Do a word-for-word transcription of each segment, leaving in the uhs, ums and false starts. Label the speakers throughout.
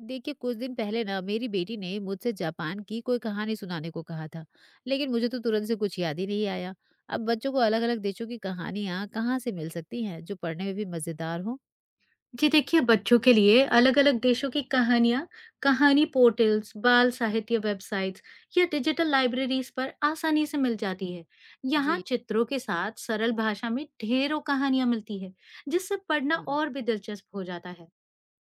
Speaker 1: देखिए कुछ दिन पहले ना मेरी बेटी ने मुझसे जापान की कोई कहानी सुनाने को कहा था। लेकिन मुझे तो तुरंत से कुछ याद ही नहीं आया। अब बच्चों को अलग अलग देशों की कहानियां कहाँ से मिल सकती हैं जो पढ़ने में भी मजेदार हो।
Speaker 2: जी देखिए, बच्चों के लिए अलग अलग देशों की कहानियाँ, कहानी पोर्टल्स, बाल साहित्य वेबसाइट्स या डिजिटल लाइब्रेरीज पर आसानी से मिल जाती है। यहाँ
Speaker 1: जी
Speaker 2: चित्रों के साथ सरल भाषा में ढेरों कहानियाँ मिलती है, जिससे पढ़ना
Speaker 1: हाँ,
Speaker 2: और भी दिलचस्प हो जाता है।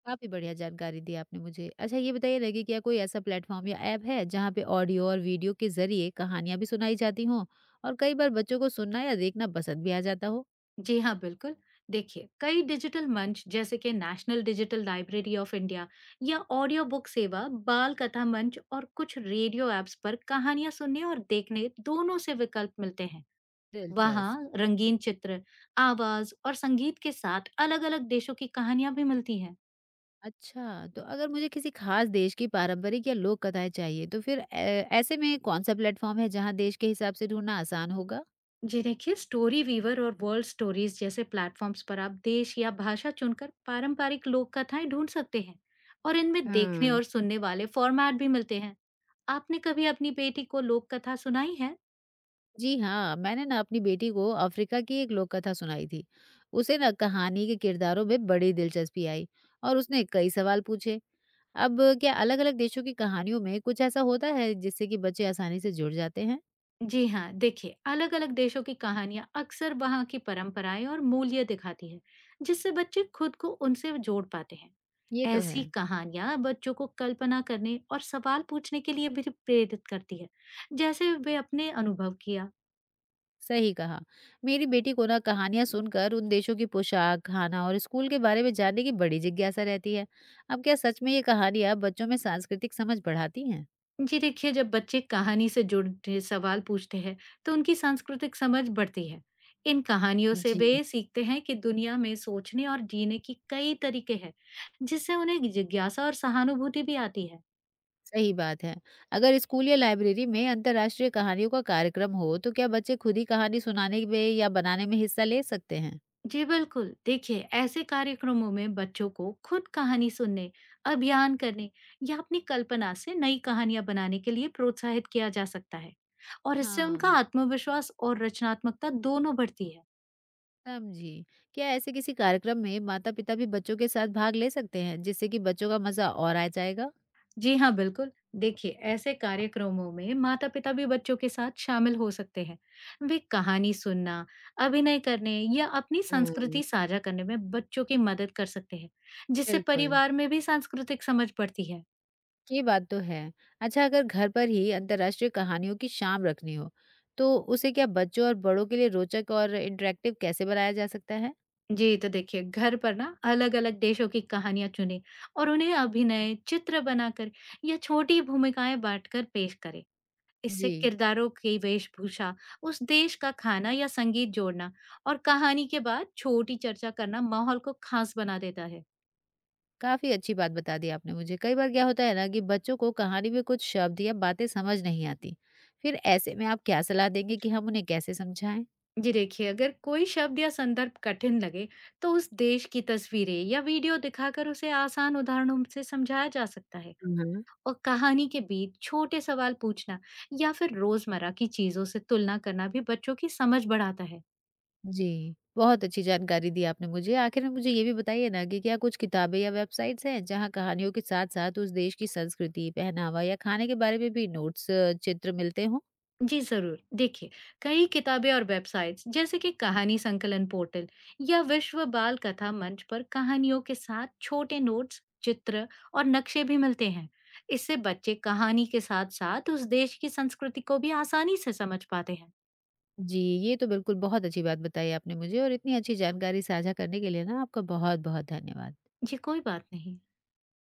Speaker 1: काफी बढ़िया जानकारी दी आपने मुझे। अच्छा ये बताइए लगे क्या कोई ऐसा प्लेटफॉर्म या ऐप है जहाँ पे ऑडियो और वीडियो के जरिए कहानियां भी सुनाई जाती हों, और कई बार बच्चों को सुनना या देखना पसंद भी आ जाता हो।
Speaker 2: जी हाँ, बिल्कुल। देखिए, कई डिजिटल मंच जैसे कि national digital library of India या ऑडियो बुक सेवा, बाल कथा मंच और कुछ रेडियो एप्स पर कहानियाँ सुनने और देखने दोनों से विकल्प मिलते हैं। वहाँ
Speaker 1: दिलचस्प।
Speaker 2: रंगीन चित्र, आवाज और संगीत के साथ अलग-अलग देशों की कहानियां भी मिलती हैं।
Speaker 1: अच्छा, तो अगर मुझे किसी खास देश की पारंपरिक या लोक कथाएँ चाहिए, तो फिर ऐ ऐसे में कौन-सा प्लेटफ़ॉर्म है जहाँ देश के हिसाब से ढूँढना आसान होगा?
Speaker 2: जी देखिए, स्टोरी वीवर और वर्ल्ड स्टोरीज जैसे प्लेटफॉर्म्स पर आप देश या भाषा चुनकर पारंपरिक लोक कथाएं ढूंढ सकते हैं, और इनमें देखने
Speaker 1: हुँ।
Speaker 2: और सुनने वाले फॉर्मेट भी मिलते हैं। आपने कभी अपनी बेटी को लोक कथा सुनाई है?
Speaker 1: जी हाँ, मैंने ना अपनी बेटी को अफ़्रीका की एक लोक कथा सुनाई थी। उसे ना कहानी के किरदारों में बड़ी दिलचस्पी आई और उसने कई सवाल पूछे। अब क्या अलग-अलग देशों की कहानियों में कुछ ऐसा होता है जिससे कि बच्चे आसानी से जुड़ जाते हैं?
Speaker 2: जी हाँ, देखिए, अलग अलग देशों की कहानियां अक्सर वहां की परंपराएं और मूल्य दिखाती है, जिससे बच्चे खुद को उनसे जोड़ पाते हैं।
Speaker 1: ये तो है।
Speaker 2: ऐसी कहानियां बच्चों को कल्पना करने और सवाल पूछने के लिए भी प्रेरित करती है, जैसे वे अपने अनुभव किया।
Speaker 1: सही कहा। मेरी बेटी को ना कहानियाँ सुनकर उन देशों की पोशाक, खाना और स्कूल के बारे में जानने की बड़ी जिज्ञासा रहती है। अब क्या सच में ये कहानियाँ बच्चों में सांस्कृतिक समझ बढ़ाती हैं?
Speaker 2: जी देखिए, जब बच्चे कहानी से जुड़े सवाल पूछते हैं, तो उनकी सांस्कृतिक समझ बढ़ती है। इन कहानियों से
Speaker 1: जी।
Speaker 2: वे सीखते हैं कि दुनिया में सोचने और जीने की कई तरीके हैं, जिससे उन्हें जिज्ञासा और सहानुभूति भी आती है।
Speaker 1: सही बात है। अगर स्कूल या लाइब्रेरी में अंतर्राष्ट्रीय कहानियों का कार्यक्रम हो, तो क्या बच्चे खुद ही कहानी सुनाने में या बनाने में हिस्सा ले सकते हैं?
Speaker 2: जी बिल्कुल, देखिए, ऐसे कार्यक्रमों में बच्चों को खुद कहानी सुनने, अभियान करने या अपनी कल्पना से नई कहानियां बनाने के लिए प्रोत्साहित किया जा सकता है, और इससे उनका
Speaker 1: हाँ,
Speaker 2: आत्मविश्वास और रचनात्मकता दोनों बढ़ती है।
Speaker 1: समझी। क्या ऐसे किसी कार्यक्रम में माता-पिता भी बच्चों के साथ भाग ले सकते हैं, जिससे कि बच्चों का मजा और आ जाएगा?
Speaker 2: जी हाँ, बिल्कुल। देखिए, ऐसे कार्यक्रमों में माता पिता भी बच्चों के साथ शामिल हो सकते हैं। वे कहानी सुनना, अभिनय करने या अपनी
Speaker 1: हाँ,
Speaker 2: संस्कृति साझा करने में बच्चों की मदद कर सकते हैं, जिससे
Speaker 1: बिल्कुल।
Speaker 2: परिवार में भी सांस्कृतिक समझ बढ़ती है।
Speaker 1: ये बात तो है। अच्छा अगर घर पर ही अंतर्राष्ट्रीय कहानियों की शाम रखनी हो, तो उसे क्या बच्चों और बड़ों के लिए रोचक और इंटरेक्टिव कैसे बनाया जा सकता है?
Speaker 2: जी, तो देखिए, घर पर ना अलग-अलग देशों की कहानियाँ चुनें और उन्हें अभिनय, चित्र बनाकर या छोटी भूमिकाएं बांटकर पेश करें। इससे
Speaker 1: जी,
Speaker 2: किरदारों की वेशभूषा, उस देश का खाना या संगीत जोड़ना और कहानी के बाद छोटी चर्चा करना माहौल को खास बना देता है।
Speaker 1: काफ़ी अच्छी बात बता दी आपने मुझे। कई बार क्या होता है ना कि बच्चों को कहानी में कुछ शब्द या बातें समझ नहीं आती। फिर ऐसे में आप क्या सलाह देंगे कि हम उन्हें कैसे समझाएं?
Speaker 2: जी देखिए, अगर कोई शब्द या संदर्भ कठिन लगे, तो उस देश की तस्वीरें या वीडियो दिखाकर उसे आसान उदाहरणों से समझाया जा सकता है। और कहानी के बीच छोटे सवाल पूछना या फिर रोजमर्रा की चीजों से तुलना करना भी बच्चों की समझ बढ़ाता है।
Speaker 1: जी, बहुत अच्छी जानकारी दी आपने मुझे। आखिर में मुझे ये भी बताइए ना कि क्या कुछ किताबें या वेबसाइट्स हैं जहाँ कहानियों के साथ-साथ उस देश की संस्कृति, पहनावा या खाने के बारे में भी नोट्स, अ, चित्र मिलते हों?
Speaker 2: जी जरूर, देखिए, कई किताबें और वेबसाइट्स जैसे कि कहानी संकलन पोर्टल या विश्व बाल कथा मंच पर कहानियों के साथ छोटे नोट्स, चित्र और नक्शे भी मिलते हैं। इससे बच्चे कहानी के साथ साथ उस देश की संस्कृति को भी आसानी से समझ पाते हैं।
Speaker 1: जी, ये तो बिल्कुल बहुत अच्छी बात बताई आपने मुझे, और इतनी अच्छी जानकारी साझा करने के लिए ना आपका बहुत-बहुत धन्यवाद।
Speaker 2: जी, कोई बात नहीं।